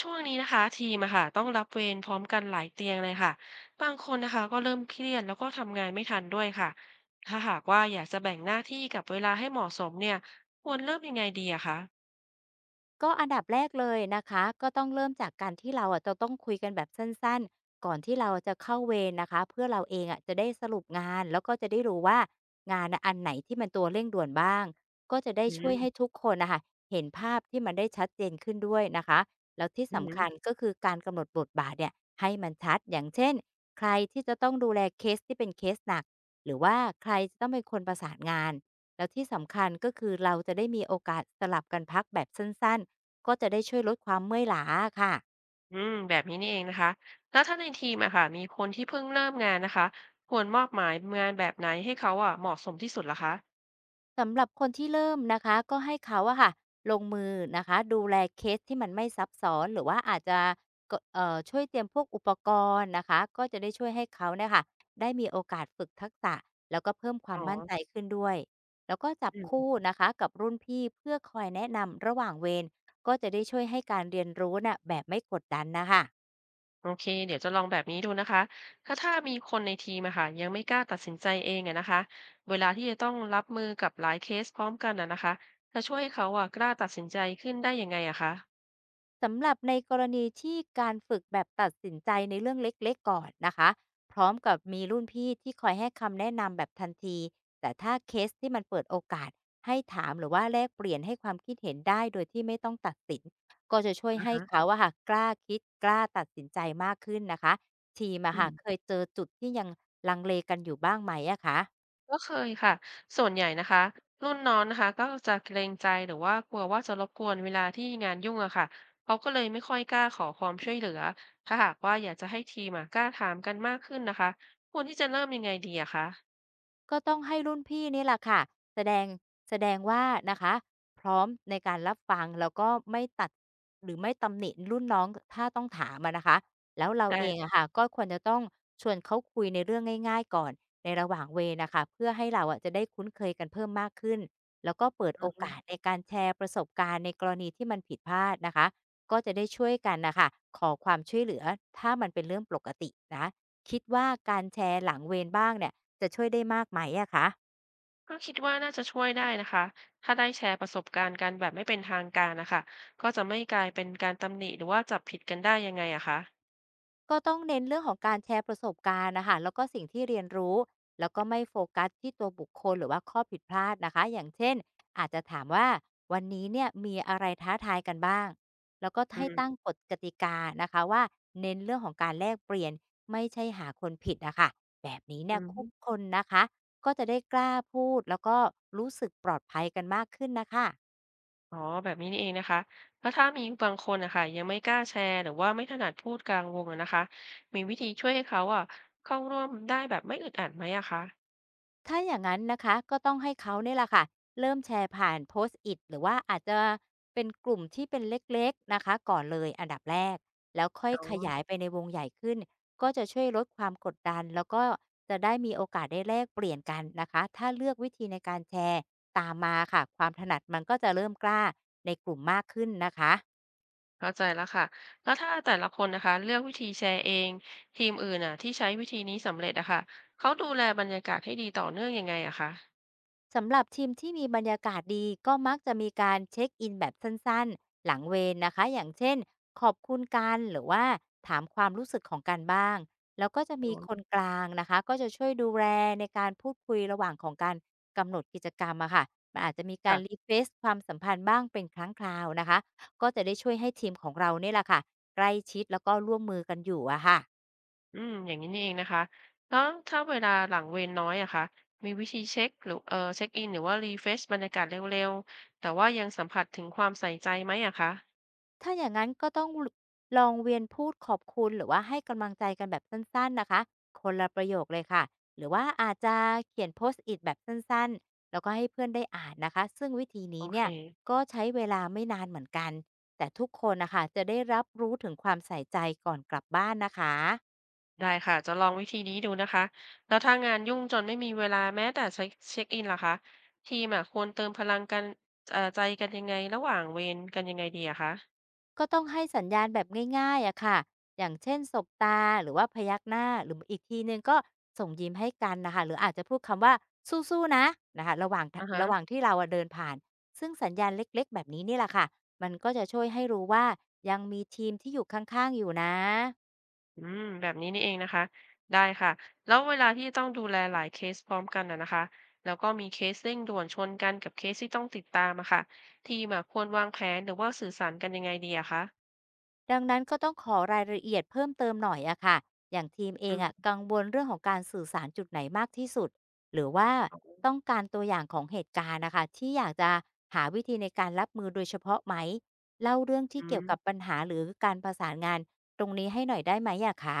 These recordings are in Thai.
ช่วงนี้นะคะทีมอะค่ะต้องรับเวรพร้อมกันหลายเตียงเลยค่ะบางคนนะคะก็เริ่มเครียดแล้วก็ทำงานไม่ทันด้วยค่ะถ้าหากว่าอยากจะแบ่งหน้าที่กับเวลาให้เหมาะสมเนี่ยควรเริ่มยังไงดีอะคะก็อันดับแรกเลยนะคะก็ต้องเริ่มจากการที่เราอะจะต้องคุยกันแบบสั้นๆก่อนที่เราจะเข้าเวรนะคะเพื่อเราเองอะจะได้สรุปงานแล้วก็จะได้รู้ว่างานน่ะอันไหนที่มันตัวเร่งด่วนบ้างก็จะได้อืช่วมยให้ทุกคนนะคะเห็นภาพที่มันได้ชัดเจนขึ้นด้วยนะคะแล้วที่อืสำคัมญก็คือการกำหนดบทบาทเนี่ยให้มันชัดอย่างเช่นใครที่จะต้องดูแลเคสที่เป็นเคสหนักหรือว่าใครจะต้องเป็นคนประสานงานแล้วที่สำคัญก็คือเราจะได้มีโอกาสสลับกันพักแบบสั้นๆ ก็จะได้ช่วยลดความเมื่อยล้าค่ะแบบนี้นี่เองนะคะแล้วถ้าในทีมอะค่ะมีคนที่เพิ่งเริ่มงานนะคะควรมอบหมายงานแบบไหนให้เขาอะเหมาะสมที่สุดล่ะคะสำหรับคนที่เริ่มนะคะก็ให้เขาอะค่ะลงมือนะคะดูแลเคสที่มันไม่ซับซ้อนหรือว่าอาจจะกเอ่อช่วยเตรียมพวกอุปกรณ์นะคะก็จะได้ช่วยให้เขาเนี่ยค่ะได้มีโอกาสฝึกทักษะแล้วก็เพิ่มควาอ๋มอ มั่นใจขึ้นด้วยแล้วก็จับคู่นะคะกับรุ่นพี่เพื่อคอยแนะนำระหว่างเวรก็จะได้ช่วยให้การเรียนรู้น่ะแบบไม่กดดันนะคะ โอเคเดี๋ยวจะลองแบบนี้ดูนะคะถ้ามีคนในทีมอะค่ะยังไม่กล้าตัดสินใจเองอะนะคะเวลาที่จะต้องรับมือกับหลายเคสพร้อมกันอะนะคะจะช่วยให้เขาอะกล้าตัดสินใจขึ้นได้ยังไงอะคะสำหรับในกรณีที่การฝึกแบบตัดสินใจในเรื่องเล็กๆก่อนนะคะพร้อมกับมีรุ่นพี่ที่คอยให้คำแนะนำแบบทันทีแต่ถ้าเคสที่มันเปิดโอกาสให้ถามหรือว่าแลกเปลี่ยนให้ความคิดเห็นได้โดยที่ไม่ต้องตัดสินก็จะช่วยอ่าให้ฮะเขาอะค่ะกล้าคิดกล้าตัดสินใจมากขึ้นนะคะทีมอือะค่ะมเคยเจอจุดที่ยังลังเลกันอยู่บ้างไหมอะคะ ก็เคยค่ะส่วนใหญ่นะคะรุ่นน้องนะคะก็จะเกรงใจหรือว่ากลัวว่าจะรบกวนเวลาที่งานยุ่งอะค่ะเขาก็เลยไม่ค่อยกล้าขอความช่วยเหลือถ้าหากว่าอยากจะให้ทีมอะกล้าถามกันมากขึ้นนะคะควรที่จะเริ่มยังไงดีอะคะก็ต้องให้รุ่นพี่นี่แหละค่ะแสดงแสดงว่านะคะพร้อมในการรับฟังแล้วก็ไม่ตัดหรือไม่ตำหนิรุ่นน้องถ้าต้องถามอะนะคะแล้วเราไดเอง้อะค่ะก็ควรจะต้องชวนเขาคุยในเรื่องง่ายๆก่อนในระหว่างเวรน่ะค่ะเพื่อให้เราอะจะได้คุ้นเคยกันเพิ่มมากขึ้นแล้วก็เปิดโอกาสค่ะ ในการแชร์ประสบการณ์ในกรณีที่มันผิดพลาดนะคะก็จะได้ช่วยกันน่ะค่ะขอความช่วยเหลือถ้ามันเป็นเรื่องปกตินะคิดว่าการแชร์หลังเวรบ้างเนี่ย จะช่วยได้มากไหมอะคะก็คิดว่าน่าจะช่วยได้นะคะถ้าได้แชร์ประสบการณ์กันแบบไม่เป็นทางการนะคะก็จะไม่กลายเป็นการตำหนิหรือว่าจับผิดกันได้ยังไงอะคะก็ต้องเน้นเรื่องของการแชร์ประสบการณ์นะคะ แล้วก็สิ่งที่เรียนรู้ แล้วก็ไม่โฟกัสที่ตัวบุคคลหรือว่าข้อผิดพลาดนะคะอย่างเช่นอาจจะถามว่าวันนี้เนี่ยมีอะไรท้าทายกันบ้าง แล้วก็อืให้มตั้งกฎกติกานะคะว่าเน้นเรื่องของการแลกเปลี่ยนไม่ใช่หาคนผิดอะค่ะแบบนี้อืเนี่ยทุกมคนนะคะก็จะได้กล้าพูดแล้วก็รู้สึกปลอดภัยกันมากขึ้นนะคะ อ๋อแบบนี้นี่เองนะคะแล้วถ้ามีบางคนนะคะยังไม่กล้าแชร์หรือว่าไม่ถนัดพูดกลางวงอะนะคะมีวิธีช่วยให้เขาอะเข้าร่วมได้แบบไม่อึดอัดไหมอะคะถ้าอย่างนั้นนะคะก็ต้องให้เขาเนี่ยแหละค่ะเริ่มแชร์ผ่านโพสต์อิทหรือว่าอาจจะเป็นกลุ่มที่เป็นเล็กๆนะคะก่อนเลยอันดับแรกแล้วค่อยอ๋อขยายไปในวงใหญ่ขึ้นก็จะช่วยลดความกดดันแล้วก็จะได้มีโอกาสได้แลกเปลี่ยนกันนะคะถ้าเลือกวิธีในการแชร์ตามมาค่ะความถนัดมันก็จะเริ่มกล้าในกลุ่มมากขึ้นนะคะ เข้าใจแล้วค่ะแล้วถ้าแต่ละคนนะคะเลือกวิธีแชร์เองทีมอื่นอะที่ใช้วิธีนี้สำเร็จอะค่ะเขาดูแลบรรยากาศให้ดีต่อเนื่องยังไงอะคะสำหรับทีมที่มีบรรยากาศดีก็มักจะมีการเช็คอินแบบสั้นๆหลังเวรนะคะอย่างเช่นขอบคุณกันหรือว่าถามความรู้สึกของกันบ้างแล้วก็จะอ๋มีคอนกลางนะคะก็จะช่วยดูแลในการพูดคุยระหว่างของการกำหนดกิจกรรมอะค่ะมันอาจจะมีการรีค่ะ เฟซความสัมพันธ์บ้างเป็นครั้งคราวนะคะก็จะได้ช่วยให้ทีมของเราเนี่ยแหละค่ะใกล้ชิดแล้วก็ร่วมมือกันอยู่อะค่ะ อืมอย่างนี้นี่เองนะคะแล้วถ้าเวลาหลังเวรน้อยอะคะมีวิธีเช็คหรือเช็กอินหรือว่ารีเฟรชบรรยากาศเร็วๆ แต่ว่ายังสัมผัสถึงความใส่ใจไหมอะคะถ้าอย่างนั้นก็ต้องลองเวียนพูดขอบคุณหรือว่าให้กำลังใจกันแบบสั้นๆนะคะคนละประโยคเลยค่ะหรือว่าอาจจะเขียน Post it แบบสั้นๆแล้วก็ให้เพื่อนได้อ่านนะคะซึ่งวิธีโอนี้เค เนี่ยก็ใช้เวลาไม่นานเหมือนกันแต่ทุกคนนะคะจะได้รับรู้ถึงความใส่ใจก่อนกลับบ้านนะคะ ได้ค่ะ จะลองวิธีนี้ดูนะคะ แล้วถ้างานยุ่งจนไม่มีเวลาแม้แต่เช็คอินล่ะคะทีมอะควรเติมพลังกันใจกันยังไงระหว่างเวรกันยังไงดีอะคะก็ต้องให้สัญญาณแบบง่ายๆอะค่ะอย่างเช่นสบตาหรือว่าพยักหน้าหรืออีกทีนึงก็ส่งยิ้มให้กันนะคะหรืออาจจะพูดคำว่าสู้ๆนะนะคะอะระหว่างฮะ ที่เราอะเดินผ่านซึ่งสัญญาณเล็กๆแบบนี้นี่แหละค่ะมันก็จะช่วยให้รู้ว่ายังมีทีมที่อยู่ข้างๆอยู่นะ อืมแบบนี้นี่เองนะคะได้ค่ะแล้วเวลาที่ต้องดูแลหลายเคสพร้อมกันอะนะคะแล้วก็มีเคสเร่งด่วนชนกันกับเคสที่ต้องติดตามอะค่ะทีมอะควรวางแผนหรือว่าสื่อสารกันยังไงดีอะคะดังนั้นก็ต้องขอรายละเอียดเพิ่มเติมหน่อยอะค่ะอย่างทีมเออืงอะมกังวลเรื่องของการสื่อสารจุดไหนมากที่สุดหรือว่าต้องการตัวอย่างของเหตุการณ์นะคะที่อยากจะหาวิธีในการรับมือโดยเฉพาะไหมเล่าเรื่องอืที่เกี่ยม วกับปัญหาหรือการประสานงานตรงนี้ให้หน่อยได้ไหมอะคะ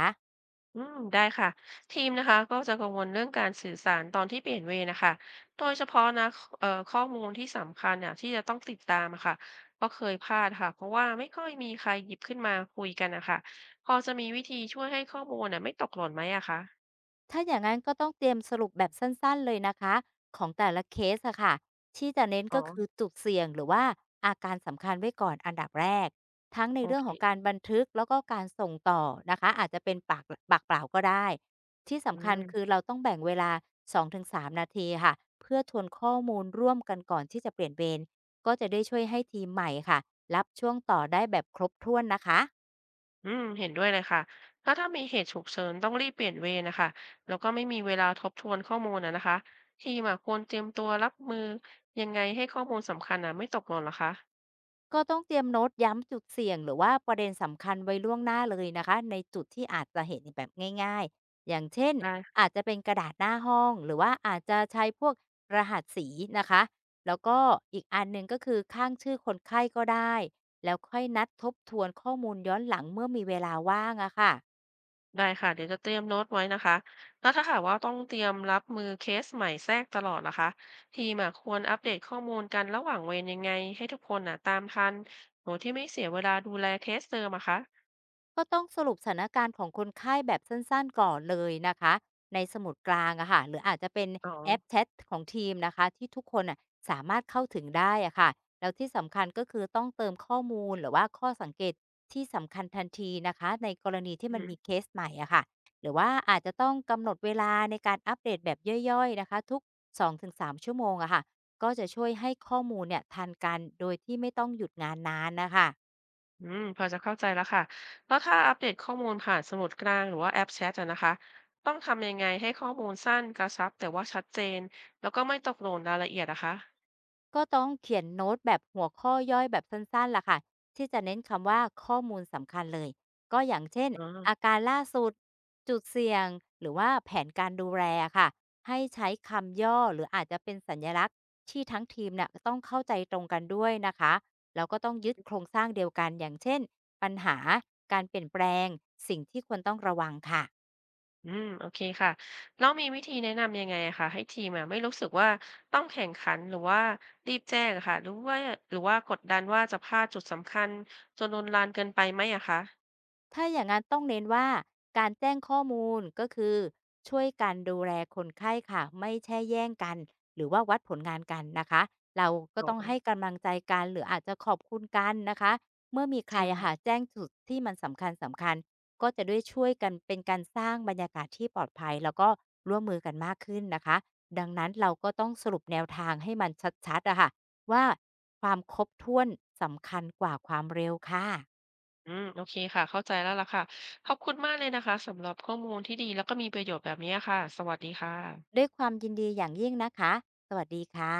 อืมได้ค่ะทีมนะคะก็จะกังวลเรื่องการสื่อสารตอนที่เปลี่ยนเวรนะคะโดยเฉพาะนะข้อมูลที่สำคัญเนี่ยที่จะต้องติดตามอะค่ะก็เคยพลาดค่ะเพราะว่าไม่ค่อยมีใครหยิบขึ้นมาคุยกันนะคะพอจะมีวิธีช่วยให้ข้อมูลน่ะไม่ตกหล่นไหมอะคะถ้าอย่างนั้นก็ต้องเตรียมสรุปแบบสั้นๆเลยนะคะของแต่ละเคสอะค่ะที่จะเน้นอ๋อก็คือจุดเสี่ยงหรือว่าอาการสำคัญไว้ก่อนอันดับแรกทั้งในโอเรื่อเคงของการบันทึกแล้วก็การส่งต่อนะคะอาจจะเป็นปากเปล่าก็ได้ที่อืสำคัญมคือเราต้องแบ่งเวลา2-3นาทีค่ะเพื่อทวนข้อมูลร่วมกันก่อนที่จะเปลี่ยนเวรก็จะได้ช่วยให้ทีมใหม่ค่ะรับช่วงต่อได้แบบครบถ้วนนะคะ อืมเห็นด้วยเลยค่ะถ้ามีเหตุฉุกเฉินต้องรีบเปลี่ยนเวรนะคะแล้วก็ไม่มีเวลาทบทวนข้อมูลนะคะทีมอะควรเตรียมตัวรับมือยังไงให้ข้อมูลสำคัญอ่ะไม่ตกหล่นเหรอคะก็ต้องเตรียมโน้ตย้ำจุดเสี่ยงหรือว่าประเด็นสำคัญไว้ล่วงหน้าเลยนะคะในจุดที่อาจจะเห็นแบบง่ายๆอย่างเช่นได้ อาจจะเป็นกระดาษหน้าห้องหรือว่าอาจจะใช้พวกรหัสสีนะคะแล้วก็อีกอันหนึ่งก็คือข้างชื่อคนไข้ก็ได้แล้วค่อยนัดทบทวนข้อมูลย้อนหลังเมื่อมีเวลาว่างอะค่ะ ได้ค่ะเดี๋ยวจะเตรียมโน้ตไว้นะคะแล้วถ้าหากว่าต้องเตรียมรับมือเคสใหม่แทรกตลอดนะคะทีมอะควรอัปเดตข้อมูลกันระหว่างเวรยังไงให้ทุกคนน่ะตามทันโดยที่ไม่เสียเวลาดูแลเคสเดิมอะคะก็ต้องสรุปสถานการณ์ของคนไข้แบบสั้นๆก่อนเลยนะคะในสมุดกลางอะค่ะหรืออาจจะเป็นอ๋อแอปแชทของทีมนะคะที่ทุกคนอะสามารถเข้าถึงได้อะค่ะแล้วที่สำคัญก็คือต้องเติมข้อมูลหรือว่าข้อสังเกตที่สำคัญทันทีนะคะในกรณีที่อืมันมมีเคสใหม่อะค่ะหรือว่าอาจจะต้องกำหนดเวลาในการอัปเดตแบบย่อยๆนะคะทุก2-3ชั่วโมงอะค่ะก็จะช่วยให้ข้อมูลเนี่ยทันกันโดยที่ไม่ต้องหยุดงานนานนะคะ พอจะเข้าใจแล้วค่ะแล้วถ้าอัปเดตข้อมูลผ่านสมุดกลางหรือว่าแอปแชทอะนะคะต้องทำยังไงให้ข้อมูลสั้นกระชับแต่ว่าชัดเจนแล้วก็ไม่ตกหล่นรายละเอียดนะคะก็ต้องเขียนโน้ตแบบหัวข้อย่อยแบบสั้นๆล่ะค่ะที่จะเน้นคำว่าข้อมูลสำคัญเลยก็อย่างเช่นอ๋อ อาการล่าสุดจุดเสี่ยงหรือว่าแผนการดูแลค่ะให้ใช้คำย่อหรืออาจจะเป็นสัญลักษณ์ที่ทั้งทีมเนี่ยต้องเข้าใจตรงกันด้วยนะคะแล้วก็ต้องยึดโครงสร้างเดียวกันอย่างเช่นปัญหาการเปลี่ยนแปลงสิ่งที่ควรต้องระวังค่ะ อืมโอเคค่ะแล้วมีวิธีแนะนำยังไงอะคะให้ทีมอะไม่รู้สึกว่าต้องแข่งขันหรือว่ารีบแจ้งอะค่ะหรือว่ากดดันว่าจะพลาดจุดสำคัญจนโวนลานเกินไปไหมอะคะถ้าอย่างนั้นต้องเน้นว่าการแจ้งข้อมูลก็คือช่วยกันดูแลคนไข้ค่ะไม่แช่แย่งกันหรือว่าวัดผลงานกันนะคะเราก็อ๋ต้องอให้กำลังใจกันหรืออาจจะขอบคุณกันนะคะเมื่อมีใคจรริงอะค่ะค่ะแจ้งจุดที่มันสำคัญก็จะด้วยช่วยกันเป็นการสร้างบรรยากาศที่ปลอดภัยแล้วก็ร่วมมือกันมากขึ้นนะคะดังนั้นเราก็ต้องสรุปแนวทางให้มันชัดๆอะค่ะว่าความครบถ้วนสำคัญกว่าความเร็วค่ะ อืมโอเคค่ะเข้าใจแล้วล่ะค่ะขอบคุณมากเลยนะคะสำหรับข้อมูลที่ดีแล้วก็มีประโยชน์แบบนี้ค่ะสวัสดีค่ะด้วยความยินดีอย่างยิ่งนะคะ สวัสดีค่ะ